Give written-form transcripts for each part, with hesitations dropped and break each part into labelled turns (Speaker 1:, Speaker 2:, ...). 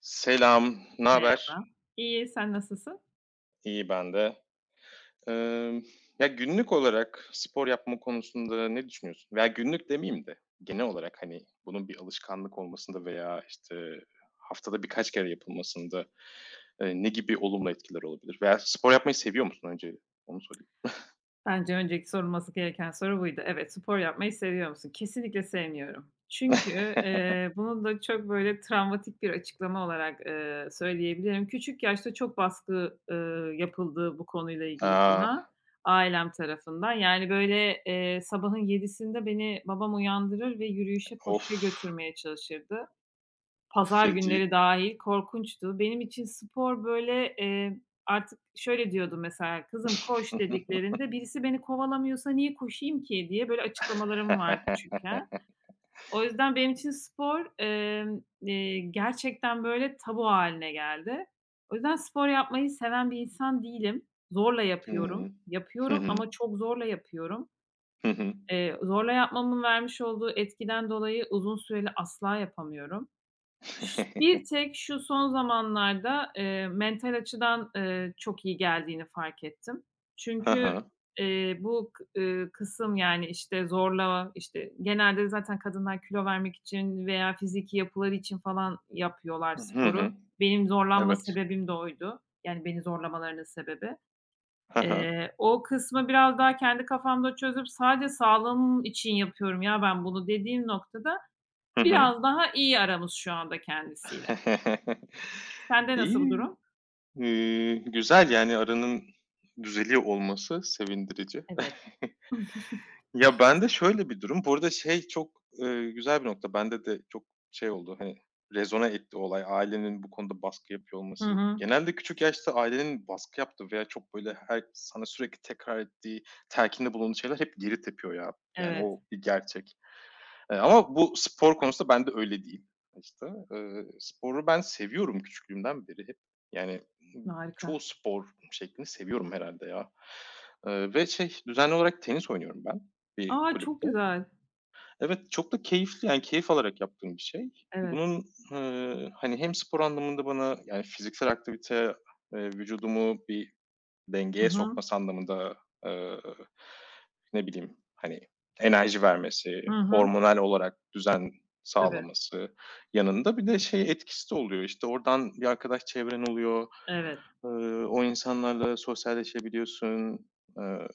Speaker 1: Selam, ne haber?
Speaker 2: Merhaba. İyi, sen nasılsın?
Speaker 1: İyi ben de. Emm, günlük olarak spor yapma konusunda ne düşünüyorsun? Veya günlük demeyeyim de genel olarak, hani, bunun bir alışkanlık olmasında veya, işte, haftada birkaç kere yapılmasında, ne gibi olumlu etkiler olabilir? Veya spor yapmayı seviyor musun önce? Onu sorayım.
Speaker 2: Bence önceki sorulması gereken soru buydu. Evet, spor yapmayı seviyor musun? Kesinlikle sevmiyorum. Çünkü, eee, bunu da çok böyle travmatik bir açıklama olarak, söyleyebilirim. Küçük yaşta çok baskı, yapıldı bu konuyla ilgili
Speaker 1: A!
Speaker 2: bana ailem tarafından. Yani, böyle, sabahın 7'sinde beni babam uyandırır ve yürüyüşe,
Speaker 1: Of,
Speaker 2: koşuya götürmeye çalışırdı. Pazar günleri
Speaker 1: feci.
Speaker 2: dâhil korkunçtu. Benim için spor, böyle, artık şöyle diyordum mesela, "Kızım koş." dediklerinde, "Birisi beni kovalamıyorsa niye koşayım ki?" diye böyle açıklamalarım var küçükken. O yüzden benim için spor, gerçekten, böyle, tabu hâline geldi. O yüzden spor yapmayı seven bir insan değilim. Zorla yapıyorum.
Speaker 1: Hıı. Hı
Speaker 2: Yapıyorum
Speaker 1: hı.
Speaker 2: ama çok zorla yapıyorum.
Speaker 1: Hı hı.
Speaker 2: Zorla yapmamın vermiş olduğu etkiden dolayı uzun süreli asla yapamıyorum.
Speaker 1: Hı
Speaker 2: Bir tek şu son zamanlarda, mental açıdan, çok iyi geldiğini fark ettim. Çünkü,
Speaker 1: hı.
Speaker 2: eee, bu kı kısım, yani, işte, zorla, işte, genelde zaten kadınlar kilo vermek için veya fiziki yapıları için falan yapıyorlar
Speaker 1: Hı hı.
Speaker 2: sporu.
Speaker 1: hı.
Speaker 2: Benim zorlanma
Speaker 1: Evet.
Speaker 2: sebebim de oydu. Yani, beni zorlamalarının sebebi.
Speaker 1: Hı hı.
Speaker 2: O kısmı biraz daha kendi kafamda çözüp sadece sağlığım için yapıyorum ya ben bunu dediğim noktada
Speaker 1: Hı hı.
Speaker 2: biraz daha iyi aramız şu anda kendisiyle. Sende nasıl bu
Speaker 1: İyi,
Speaker 2: durum?
Speaker 1: güzel, yani, aranın düzeliyor olması sevindirici.
Speaker 2: Evet.
Speaker 1: Ya, bende şöyle bir durum, burada şey çok, güzel bir nokta, bende de çok şey oldu, hani, rezona etti olay, ailenin bu konuda baskı yapıyor
Speaker 2: Hı
Speaker 1: olması.
Speaker 2: hı.
Speaker 1: Genelde küçük yaşta ailenin baskı yaptığı veya çok, böyle, her sana sürekli tekrar ettiği, telkinde bulunduğu şeyler hep geri tepiyor ya. Yani,
Speaker 2: Evet.
Speaker 1: o bir gerçek. Ama bu spor konusunda ben de öyle değil. İşte sporu ben seviyorum küçüklüğümden beri hep. Yani,
Speaker 2: Harika.
Speaker 1: çoğu spor şeklini seviyorum herhalde ya. Ve şey, düzenli olarak tenis oynuyorum ben bir
Speaker 2: A, çok
Speaker 1: kulüpte.
Speaker 2: güzel.
Speaker 1: Evet, çok da keyifli, yani, keyif alarak yaptığım bir şey.
Speaker 2: Evet.
Speaker 1: Bunun, hani, hem spor anlamında bana, yani, fiziksel aktivite, vücudumu bir
Speaker 2: Hı
Speaker 1: dengeye
Speaker 2: hı.
Speaker 1: sokması anlamında, eee, ne bileyim, hani, enerji vermesi,
Speaker 2: Hı hı.
Speaker 1: hormonal olarak düzen
Speaker 2: Tabii.
Speaker 1: sağlaması yanında bir de şey etkisi de oluyor, işte, oradan bir arkadaş çevren oluyor,
Speaker 2: Evet.
Speaker 1: o insanlarla sosyalleşebiliyorsun. Eee,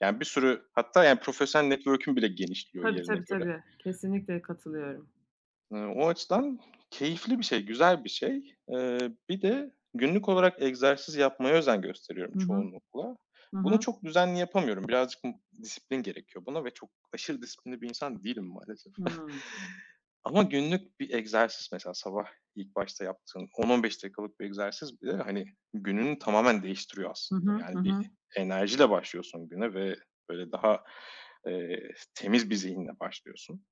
Speaker 1: yani, bir sürü hatta, yani, profesyonel network'ün bile genişliyor
Speaker 2: Tabii,
Speaker 1: yerine
Speaker 2: tabii,
Speaker 1: göre.
Speaker 2: tabii. Kesinlikle katılıyorum.
Speaker 1: O açıdan keyifli bir şey, güzel bir şey. Bir de günlük olarak egzersiz yapmaya özen gösteriyorum
Speaker 2: Hı hı.
Speaker 1: çoğunlukla.
Speaker 2: Hı
Speaker 1: Bunu
Speaker 2: hı.
Speaker 1: çok düzenli yapamıyorum. Birazcık disiplin gerekiyor buna ve çok aşırı disiplinli bir insan değilim maalesef.
Speaker 2: Hımm.
Speaker 1: Ama günlük bir egzersiz mesela sabah ilk başta yaptığın 10-15 dakikalık bir egzersiz bile, hani, gününü tamamen değiştiriyor
Speaker 2: Hı
Speaker 1: aslında.
Speaker 2: hı. Hı
Speaker 1: Yani bir
Speaker 2: hı.
Speaker 1: enerjiyle başlıyorsun güne ve böyle daha, temiz bir zihinle başlıyorsun.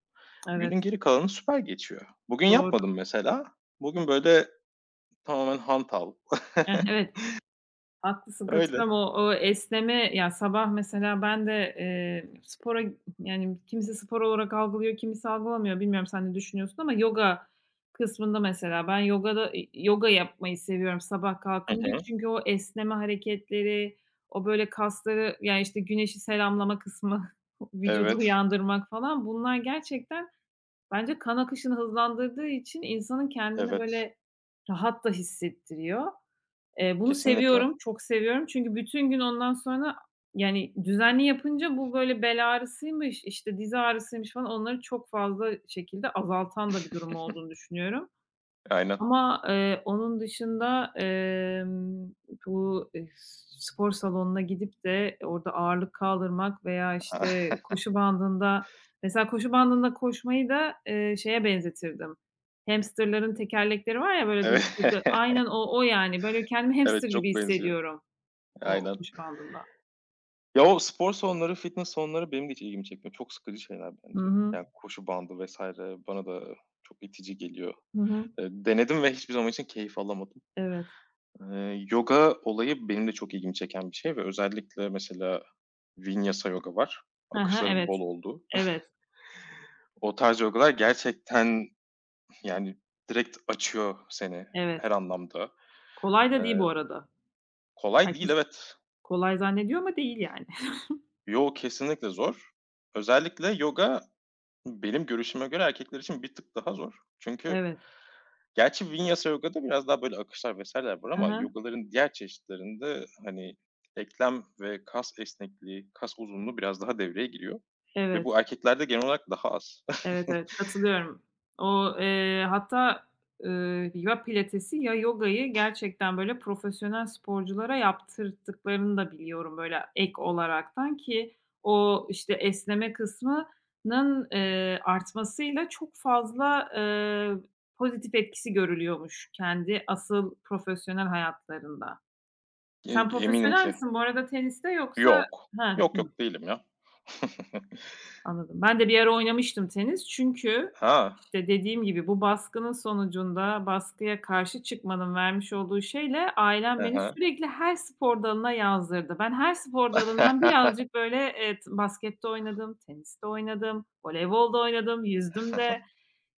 Speaker 2: Evet.
Speaker 1: Günün geri kalanı süper geçiyor. Bugün
Speaker 2: Doğru.
Speaker 1: yapmadım mesela. Bugün, böyle, tamamen hantal.
Speaker 2: Eh, evet. Haklısın,
Speaker 1: Öyle.
Speaker 2: katılıyorum. O o esneme ya, sabah mesela ben de, spora yani, kimisi spor olarak algılıyor, kimisi algılamıyor. Bilmiyorum sen ne düşünüyorsun ama yoga kısmında mesela ben yogada yoga yapmayı seviyorum sabah
Speaker 1: Hı
Speaker 2: kalkınca.
Speaker 1: hı.
Speaker 2: Çünkü o esneme hareketleri, o böyle kasları yani işte, güneşi selamlama kısmı, vücudu
Speaker 1: Evet,
Speaker 2: uyandırmak falan bunlar gerçekten bence kan akışını hızlandırdığı için insanın kendini
Speaker 1: evet.
Speaker 2: böyle rahat da hissettiriyor. Bunu
Speaker 1: Kesinlikle.
Speaker 2: seviyorum, çok seviyorum çünkü bütün gün ondan sonra yani düzenli yapınca bu böyle bel ağrısıymış, işte, diz ağrısıymış falan onları çok fazla şekilde azaltan da bir durum olduğunu düşünüyorum.
Speaker 1: Aynen.
Speaker 2: Ama, onun dışında, bu, spor salonuna gidip de orada ağırlık kaldırmak veya, işte, koşu bandında mesela koşu bandında koşmayı da, şeye benzetirdim. Hamsterların tekerlekleri var ya, böyle, dı
Speaker 1: Evet.
Speaker 2: dı dı aynen o, o yani. Böyle, kendimi hamster
Speaker 1: Evet, çok
Speaker 2: gibi
Speaker 1: benziyor.
Speaker 2: hissediyorum o
Speaker 1: Aynen.
Speaker 2: koşu bandında.
Speaker 1: Ya, o spor salonları, fitness salonları benim de hiç ilgimi çekmiyor. Çok sıkıcı şeyler
Speaker 2: Hı
Speaker 1: bence.
Speaker 2: hı.
Speaker 1: Yani koşu bandı vesaire bana da çok itici geliyor.
Speaker 2: Hı hı.
Speaker 1: Denedim ve hiçbir zaman için keyif alamadım.
Speaker 2: Evet.
Speaker 1: Yoga olayı benim de çok ilgimi çeken bir şey ve özellikle mesela vinyasa yoga var.
Speaker 2: Hı hı.
Speaker 1: Akışların
Speaker 2: Evet.
Speaker 1: bol olduğu.
Speaker 2: Evet.
Speaker 1: O tarz yogalar gerçekten, yani, direkt açıyor seni
Speaker 2: Evet.
Speaker 1: her anlamda.
Speaker 2: Kolay da değil
Speaker 1: Eee,
Speaker 2: bu arada.
Speaker 1: kolay değil,
Speaker 2: Herkes
Speaker 1: evet.
Speaker 2: kolay zannediyor ama değil yani.
Speaker 1: Yo, kesinlikle zor. Özellikle yoga benim görüşüme göre erkekler için bir tık daha zor. Çünkü
Speaker 2: Evet.
Speaker 1: gerçi Vinyasa yogada biraz daha böyle akışlar vs.ler var
Speaker 2: Hı
Speaker 1: ama
Speaker 2: hı.
Speaker 1: yogaların diğer çeşitlerinde, hani, eklem ve kas esnekliği, kas uzunluğu biraz daha devreye giriyor ve
Speaker 2: Evet.
Speaker 1: bu erkeklerde genel olarak daha az.
Speaker 2: Evet, evet, katılıyorum. O, hatta, ya pilatesi ya yogayı gerçekten böyle profesyonel sporculara yaptırttıklarını da biliyorum böyle ek olaraktan ki o, işte, esneme kısmının, artmasıyla çok fazla, pozitif etkisi görülüyormuş kendi asıl profesyonel hayatlarında. Sen
Speaker 1: Eminim
Speaker 2: profesyonel
Speaker 1: ki.
Speaker 2: misin bu arada teniste yoksa.
Speaker 1: Yok.
Speaker 2: Heh.
Speaker 1: Yok, yok değilim ya.
Speaker 2: Anladım. Ben de bir ara oynamıştım tenis. Çünkü,
Speaker 1: Ha.
Speaker 2: işte, dediğim gibi bu baskının sonucunda baskıya karşı çıkmanın vermiş olduğu şeyle
Speaker 1: Hı
Speaker 2: ailem beni
Speaker 1: hı.
Speaker 2: sürekli her spor dalına yazdırdı. Ben her spor dalından birazcık, böyle, baskette oynadım, teniste oynadım, voleybolda oynadım, yüzdüm de.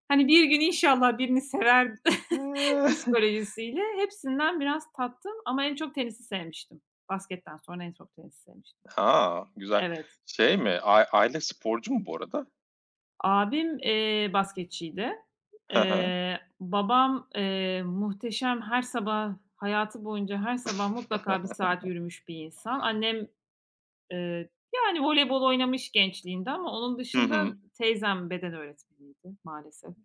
Speaker 2: Hani, bir gün inşallah birini sever psikolojisiyle hepsinden biraz tattım ama en çok tenisi sevmiştim. Basketten sonra en çok tenisi sevmiştim.
Speaker 1: A! Güzel.
Speaker 2: Evet.
Speaker 1: Şey mi, aile sporcu mu bu arada?
Speaker 2: Abim, basketçiydi.
Speaker 1: Hı hı.
Speaker 2: Babam, muhteşem her sabah, hayatı boyunca her sabah mutlaka bir saat yürümüş bir insan. Annem, eee, yani voleybol oynamış gençliğinde ama onun
Speaker 1: Hı
Speaker 2: dışında
Speaker 1: hı.
Speaker 2: teyzem beden öğretmeniydi maalesef.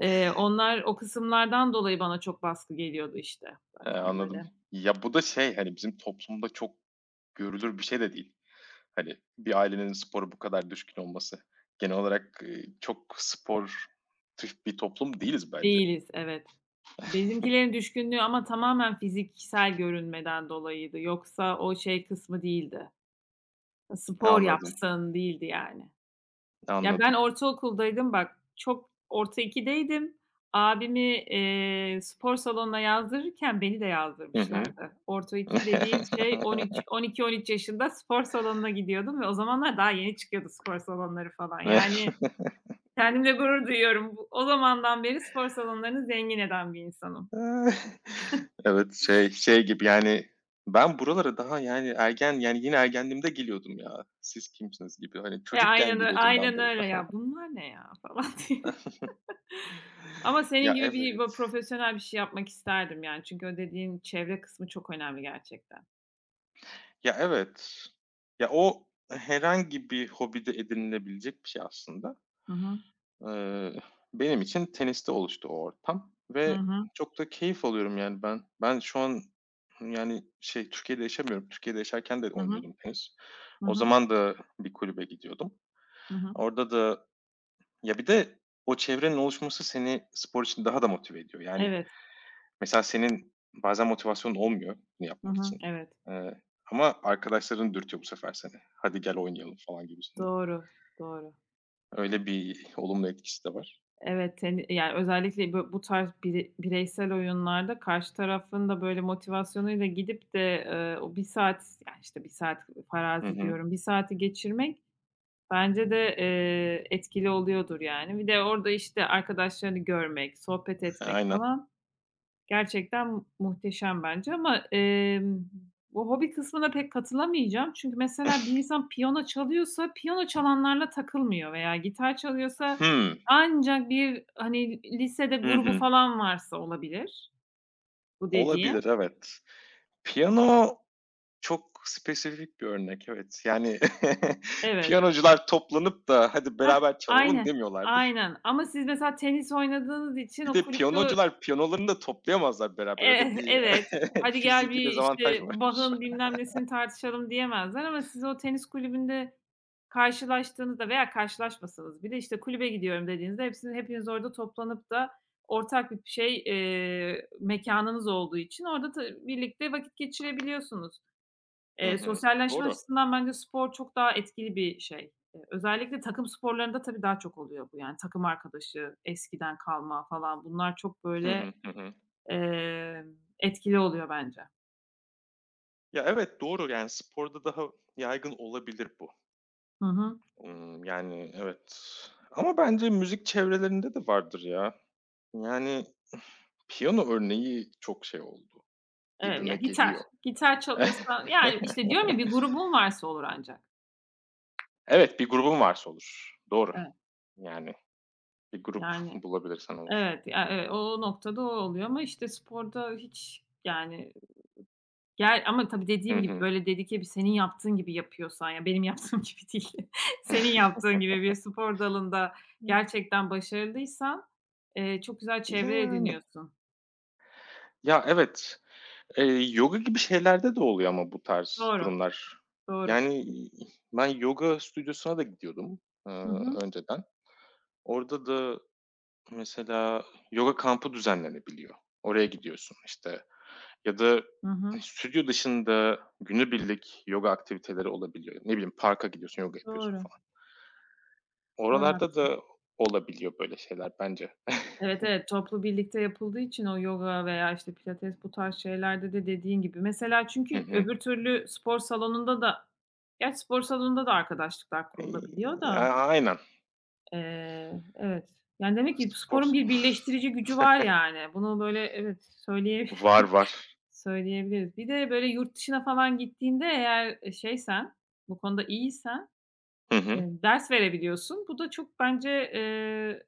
Speaker 2: Onlar o kısımlardan dolayı bana çok baskı geliyordu işte zaten
Speaker 1: Anladım.
Speaker 2: böyle.
Speaker 1: Ya, bu da şey, hani, bizim toplumda çok görülür bir şey de değil. Hani bir ailenin spora bu kadar düşkün olması. Genel olarak, çok sportif bir toplum değiliz bence.
Speaker 2: Değiliz, evet. Benimkilerin düşkünlüğü ama tamamen fiziksel görünmeden dolayıydı. Yoksa o şey kısmı değildi. Spor
Speaker 1: Anladım,
Speaker 2: yapsın değildi yani. Ya, ben
Speaker 1: anladım.
Speaker 2: ortaokuldaydım bak, çok orta ikideydim. Abimi, spor salonuna yazdırırken beni de
Speaker 1: Hı hı.
Speaker 2: yazdırmışlardı. Orta 2 dediğim şey 13, 12-13 yaşında spor salonuna gidiyordum ve o zamanlar daha yeni çıkıyordu spor salonları falan. Yani kendimle gurur duyuyorum. Bu o zamandan beri spor salonlarını zengin eden bir insanım.
Speaker 1: Evet, şey gibi, yani, ben buralara daha, yani, ergen, yani, yine ergenliğimde geliyordum ya. Siz kimsiniz gibi. Hani
Speaker 2: E,
Speaker 1: çocukken
Speaker 2: aynen
Speaker 1: geliyordum ben
Speaker 2: aynen öyle
Speaker 1: buralara.
Speaker 2: ya. "Bunlar ne ya?" falan diye. Ama senin
Speaker 1: Ya,
Speaker 2: gibi bir
Speaker 1: evet.
Speaker 2: profesyonel bir şey yapmak isterdim yani. Çünkü o dediğin çevre kısmı çok önemli gerçekten.
Speaker 1: Ya, evet. Ya, o herhangi bir hobide edinilebilecek bir şey aslında.
Speaker 2: Hı hı.
Speaker 1: Eee, benim için teniste oluştu o ortam
Speaker 2: Hı
Speaker 1: ve
Speaker 2: hı.
Speaker 1: çok da keyif alıyorum, yani, ben. Ben şu an, yani, şey, Türkiye'de yaşamıyorum. Türkiye'de yaşarken de
Speaker 2: Hı hı.
Speaker 1: oynuyordum tenis.
Speaker 2: Hı
Speaker 1: O
Speaker 2: hı.
Speaker 1: zaman da bir kulübe gidiyordum.
Speaker 2: Hı hı.
Speaker 1: Orada da ya, bir de o çevrenin oluşması seni spor için daha da motive ediyor. Yani,
Speaker 2: Evet.
Speaker 1: mesela senin bazen motivasyonun olmuyor bunu
Speaker 2: Hı
Speaker 1: yapmak
Speaker 2: hı.
Speaker 1: için,
Speaker 2: Evet.
Speaker 1: eee, ama arkadaşların dürtüyor bu sefer seni. "Hadi gel oynayalım." falan gibisinden.
Speaker 2: Doğru, doğru.
Speaker 1: Öyle bir olumlu etkisi de var.
Speaker 2: Evet, seni yani özellikle bu tarz bireysel oyunlarda karşı tarafın da böyle motivasyonuyla gidip de, o bir saat, yani, işte, bir saat
Speaker 1: Hı
Speaker 2: farazi
Speaker 1: hı.
Speaker 2: diyorum, bir saati geçirmek bence de, etkili oluyordur yani. Bir de orada, işte, arkadaşlarını görmek, sohbet etmek
Speaker 1: Aynen.
Speaker 2: falan. Gerçekten muhteşem bence ama, bu hobi kısmına pek katılamayacağım. Çünkü mesela bir insan piyano çalıyorsa piyano çalanlarla takılmıyor veya gitar çalıyorsa
Speaker 1: Hımm.
Speaker 2: ancak bir, hani, lisede
Speaker 1: Hı
Speaker 2: grubu
Speaker 1: hı.
Speaker 2: falan varsa olabilir bu dediğim.
Speaker 1: Olabilir, evet. Piyano çok spesifik bir örnek, evet. Yani,
Speaker 2: Evet.
Speaker 1: piyanocular toplanıp da "Hadi
Speaker 2: Heh,
Speaker 1: beraber çalalım."
Speaker 2: aynen,
Speaker 1: demiyorlardır.
Speaker 2: aynen ama siz mesela tenis oynadığınız için
Speaker 1: Bir
Speaker 2: o
Speaker 1: de
Speaker 2: kulüpte.
Speaker 1: piyanocular piyanolarını da toplayamazlar beraber. Öyle
Speaker 2: Eh,
Speaker 1: bir
Speaker 2: evet. "Hadi gel
Speaker 1: fiziki
Speaker 2: bir,
Speaker 1: dezavantaj
Speaker 2: işte,
Speaker 1: var.
Speaker 2: bağın bilmem nesini tartışalım." diyemezler ama siz o tenis kulübünde karşılaştığınızda veya karşılaşmasanız bile, işte, "Kulübe gidiyorum." dediğinizde hepiniz orada toplanıp da ortak bir şey, mekânınız olduğu için orada birlikte vakit geçirebiliyorsunuz.
Speaker 1: Hı hı.
Speaker 2: Sosyalleşme
Speaker 1: Doğru.
Speaker 2: açısından bence spor çok daha etkili bir şey. Özellikle takım sporlarında tabii daha çok oluyor bu. Yani takım arkadaşı, eskiden kalma falan bunlar çok
Speaker 1: Hı
Speaker 2: böyle.
Speaker 1: hı. Hı hı.
Speaker 2: Etkili oluyor bence.
Speaker 1: Ya, evet, doğru. Yani, sporda daha yaygın olabilir bu.
Speaker 2: Hı hı.
Speaker 1: Yani, evet. Ama bence müzik çevrelerinde de vardır ya. Yani, piyano örneği çok şey oldu.
Speaker 2: Evet, ya
Speaker 1: Gibime
Speaker 2: gitar.
Speaker 1: geliyor.
Speaker 2: Gitar çalıyorsan yani, işte, diyorum ya bir grubun varsa olur ancak.
Speaker 1: Evet, bir grubun varsa olur. Doğru.
Speaker 2: Evet,
Speaker 1: Yani bir grup
Speaker 2: yani,
Speaker 1: bulabilirsen olur.
Speaker 2: evet, ya, o noktada o oluyor ama, işte, sporda hiç yani gel ama tabii
Speaker 1: Hı
Speaker 2: dediğim gibi,
Speaker 1: hı.
Speaker 2: böyle, dedike bir senin yaptığın gibi yapıyorsan ya benim yaptığım gibi değil, senin yaptığın gibi bir spor dalında
Speaker 1: Hıh.
Speaker 2: gerçekten başarılıysan, çok güzel çevre
Speaker 1: Yani.
Speaker 2: ediniyorsun.
Speaker 1: Ya, evet. Eee, yoga gibi şeylerde de oluyor ama bu tarz
Speaker 2: Doğru,
Speaker 1: durumlar.
Speaker 2: doğru.
Speaker 1: Yani, ben yoga stüdyosuna da gidiyordum,
Speaker 2: Hı hı.
Speaker 1: önceden. Orada da mesela yoga kampı düzenlenebiliyor. Oraya gidiyorsun, işte, ya da
Speaker 2: Hı hı.
Speaker 1: stüdyo dışında günübirlik yoga aktiviteleri olabiliyor. Ne bileyim, parka gidiyorsun, yoga yapıyorsun
Speaker 2: Doğru,
Speaker 1: falan.
Speaker 2: doğru.
Speaker 1: Oralarda da olabiliyor böyle şeyler bence.
Speaker 2: Evet, evet, toplu birlikte yapıldığı için o yoga veya, işte, pilates bu tarz şeylerde de dediğin gibi. Mesela
Speaker 1: Hı
Speaker 2: çünkü
Speaker 1: hı.
Speaker 2: öbür türlü spor salonunda da gerçi spor salonunda da arkadaşlıklar kurulabiliyor da,
Speaker 1: A aynen.
Speaker 2: eee, evet. Yani, demek ki
Speaker 1: Spor
Speaker 2: sporun bir
Speaker 1: salonu.
Speaker 2: birleştirici gücü var, yani. Bunu, böyle, evet,
Speaker 1: Var, var.
Speaker 2: söyleyebiliriz. Bir de, böyle, yurt dışına falan gittiğinde eğer, şeysen, bu konuda iyiysen,
Speaker 1: Hı hı.
Speaker 2: eee, ders verebiliyorsun. Bu da çok bence, eee.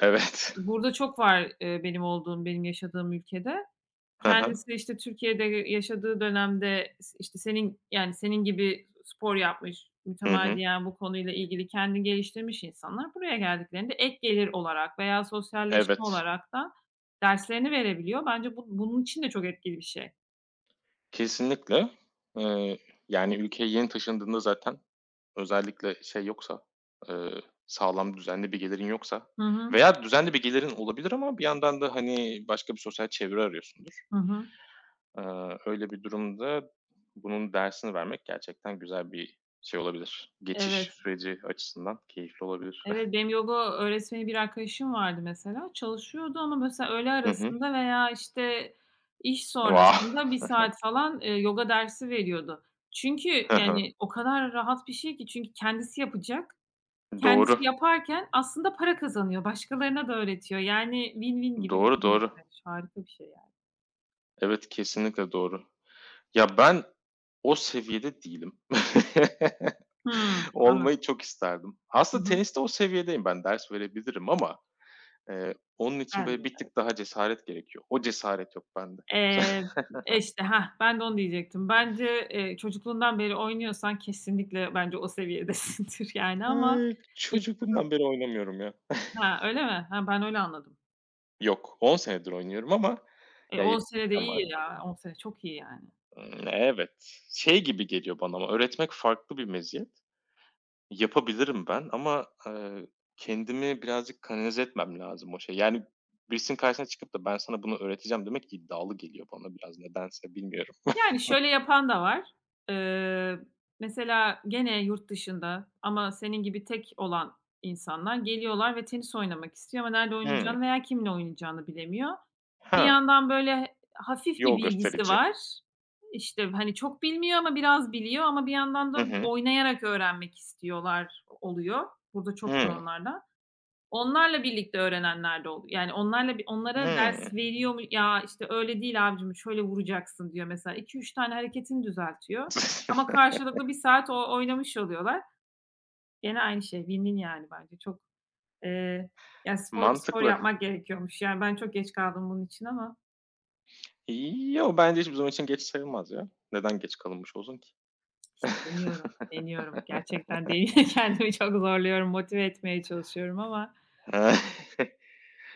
Speaker 1: Evet.
Speaker 2: Burada çok var, benim olduğum, benim yaşadığım ülkede.
Speaker 1: Hı hı.
Speaker 2: Kendisi, işte, Türkiye'de yaşadığı dönemde işte, senin, yani, senin gibi spor yapmış,
Speaker 1: Hı hı.
Speaker 2: mütemadiyen bu konuyla ilgili kendini geliştirmiş insanlar buraya geldiklerinde ek gelir olarak veya sosyalleşme
Speaker 1: Evet.
Speaker 2: olarak da derslerini verebiliyor. Bence bu bunun için de çok etkili bir şey.
Speaker 1: Kesinlikle. Eee, yani, ülkeye yeni taşındığında zaten özellikle şey yoksa, eee, sağlam düzenli bir gelirin yoksa
Speaker 2: Hı hı.
Speaker 1: veya düzenli bir gelirin olabilir ama bir yandan da, hani, başka bir sosyal çevre arıyorsundur.
Speaker 2: Hı hı.
Speaker 1: Öyle bir durumda bunun dersini vermek gerçekten güzel bir şey olabilir. Geçiş
Speaker 2: Evet.
Speaker 1: süreci açısından keyifli olabilir.
Speaker 2: Evet, benim yoga öğretmeni bir arkadaşım vardı mesela. Çalışıyordu ama mesela öğle
Speaker 1: Hı hı.
Speaker 2: arasında veya, işte, iş
Speaker 1: Wow!
Speaker 2: sonrasında bir saat falan, yoga dersi veriyordu. Çünkü,
Speaker 1: Hı
Speaker 2: yani,
Speaker 1: hı.
Speaker 2: o kadar rahat bir şey ki çünkü kendisi yapacak. Kendisi
Speaker 1: Doğru.
Speaker 2: yaparken aslında para kazanıyor. Başkalarına da öğretiyor. Yani win-win gibi bir
Speaker 1: Doğru,
Speaker 2: durum.
Speaker 1: doğru.
Speaker 2: Evet, harika bir şey yani.
Speaker 1: Evet, kesinlikle doğru. Ya, ben o seviyede değilim.
Speaker 2: Hımm, anladım.
Speaker 1: Olmayı çok isterdim.
Speaker 2: Hı
Speaker 1: Aslında
Speaker 2: hı.
Speaker 1: teniste o seviyedeyim ben, ders verebilirim ama, onun için
Speaker 2: Ben de.
Speaker 1: böyle bir tık daha cesaret gerekiyor. O cesaret yok bende henüz.
Speaker 2: Eee, işte, hah, ben de onu diyecektim. Bence, çocukluğundan beri oynuyorsan kesinlikle bence o seviyedesindir yani ama. İ
Speaker 1: Çocukluğumdan beri oynamıyorum ya.
Speaker 2: Ha, öyle mi? Ha, ben öyle anladım.
Speaker 1: Yok, 10 senedir oynuyorum ama
Speaker 2: E,
Speaker 1: ya
Speaker 2: 10 sene de
Speaker 1: yetişkinken
Speaker 2: iyi ya.
Speaker 1: başladım.
Speaker 2: 10 sene çok iyi yani.
Speaker 1: Evet. Şey gibi geliyor bana ama öğretmek farklı bir meziyet. Yapabilirim ben ama, kendimi birazcık kanalize etmem lazım o şeye. Yani birisinin karşısına çıkıp da ben sana bunu öğreteceğim demek iddialı geliyor bana biraz nedense bilmiyorum.
Speaker 2: Yani, şöyle yapan da var. Eee, Mesela gene yurt dışında ama senin gibi tek olan insanlar geliyorlar ve tenis oynamak istiyor ama nerede
Speaker 1: Hıı.
Speaker 2: oynayacağını veya kimle oynayacağını bilemiyor. Bir
Speaker 1: Ha,
Speaker 2: yandan, böyle, hafif bir
Speaker 1: yol
Speaker 2: bilgisi
Speaker 1: gösterici.
Speaker 2: var. İşte, hani, çok bilmiyor ama biraz biliyor ama bir yandan
Speaker 1: Hı
Speaker 2: da
Speaker 1: hı.
Speaker 2: oynayarak öğrenmek istiyorlar oluyor. Burada çok var
Speaker 1: Hıı.
Speaker 2: onlardan. Onlarla birlikte öğrenenler de oldu. Yani onlarla onlara ders
Speaker 1: Hıı.
Speaker 2: veriyor mu? "Ya, işte, öyle değil abicim, şöyle vuracaksın." diyor mesela. 2 üç tane hareketini düzeltiyor ama karşılıklı bir saat o oynamış oluyorlar. Gene aynı şey win-win yani bence. Çok, eee, ya, spor spor
Speaker 1: Mantıklı.
Speaker 2: yapmak gerekiyormuş. Yani ben çok geç kaldım bunun için ama
Speaker 1: Yo, bence hiçbir zaman için geç sayılmaz ya. Neden geç kalınmış olsun ki?
Speaker 2: işte deniyorum, deniyorum. Gerçekten kendimi çok zorluyorum, motive etmeye çalışıyorum ama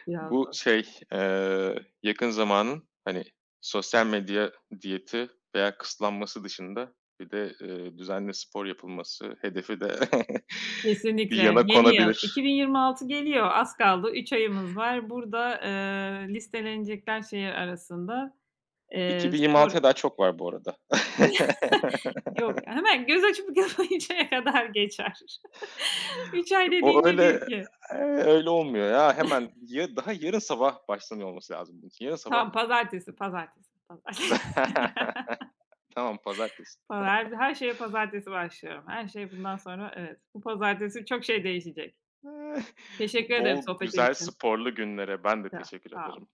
Speaker 2: biraz
Speaker 1: Bu
Speaker 2: zor.
Speaker 1: şey, yakın zamanın, hani, sosyal medya diyeti veya kısıtlanması dışında bir de, düzenli spor yapılması hedefi de bir
Speaker 2: Kesinlikle.
Speaker 1: yana
Speaker 2: Yeni yıl.
Speaker 1: konabilir.
Speaker 2: 2026 geliyor. Az kaldı. 3 ayımız var. Burada, listelenecekler şehir arasında. Spor.
Speaker 1: 2026'ya daha çok var bu arada.
Speaker 2: Yok, hemen göz açıp kapayıncaya kadar geçer. 3 ay dediğin
Speaker 1: O
Speaker 2: nedir
Speaker 1: öyle,
Speaker 2: ki?
Speaker 1: öyle olmuyor ya. Hemen ya daha yarın sabah başlanıyor olması lazım bunun için. Yarın sabah
Speaker 2: Tamam, pazartesi, pazartesi, pazartesi.
Speaker 1: Tamam, pazartesi.
Speaker 2: Pazar her şeye pazartesi başlıyorum. Her şey bundan sonra evet. Bu pazartesi çok şey değişecek. Teşekkür ederim
Speaker 1: Bol
Speaker 2: sohbetin
Speaker 1: güzel
Speaker 2: için.
Speaker 1: sporlu günlere ben de
Speaker 2: Sağ
Speaker 1: teşekkür
Speaker 2: sağ ol.
Speaker 1: ederim.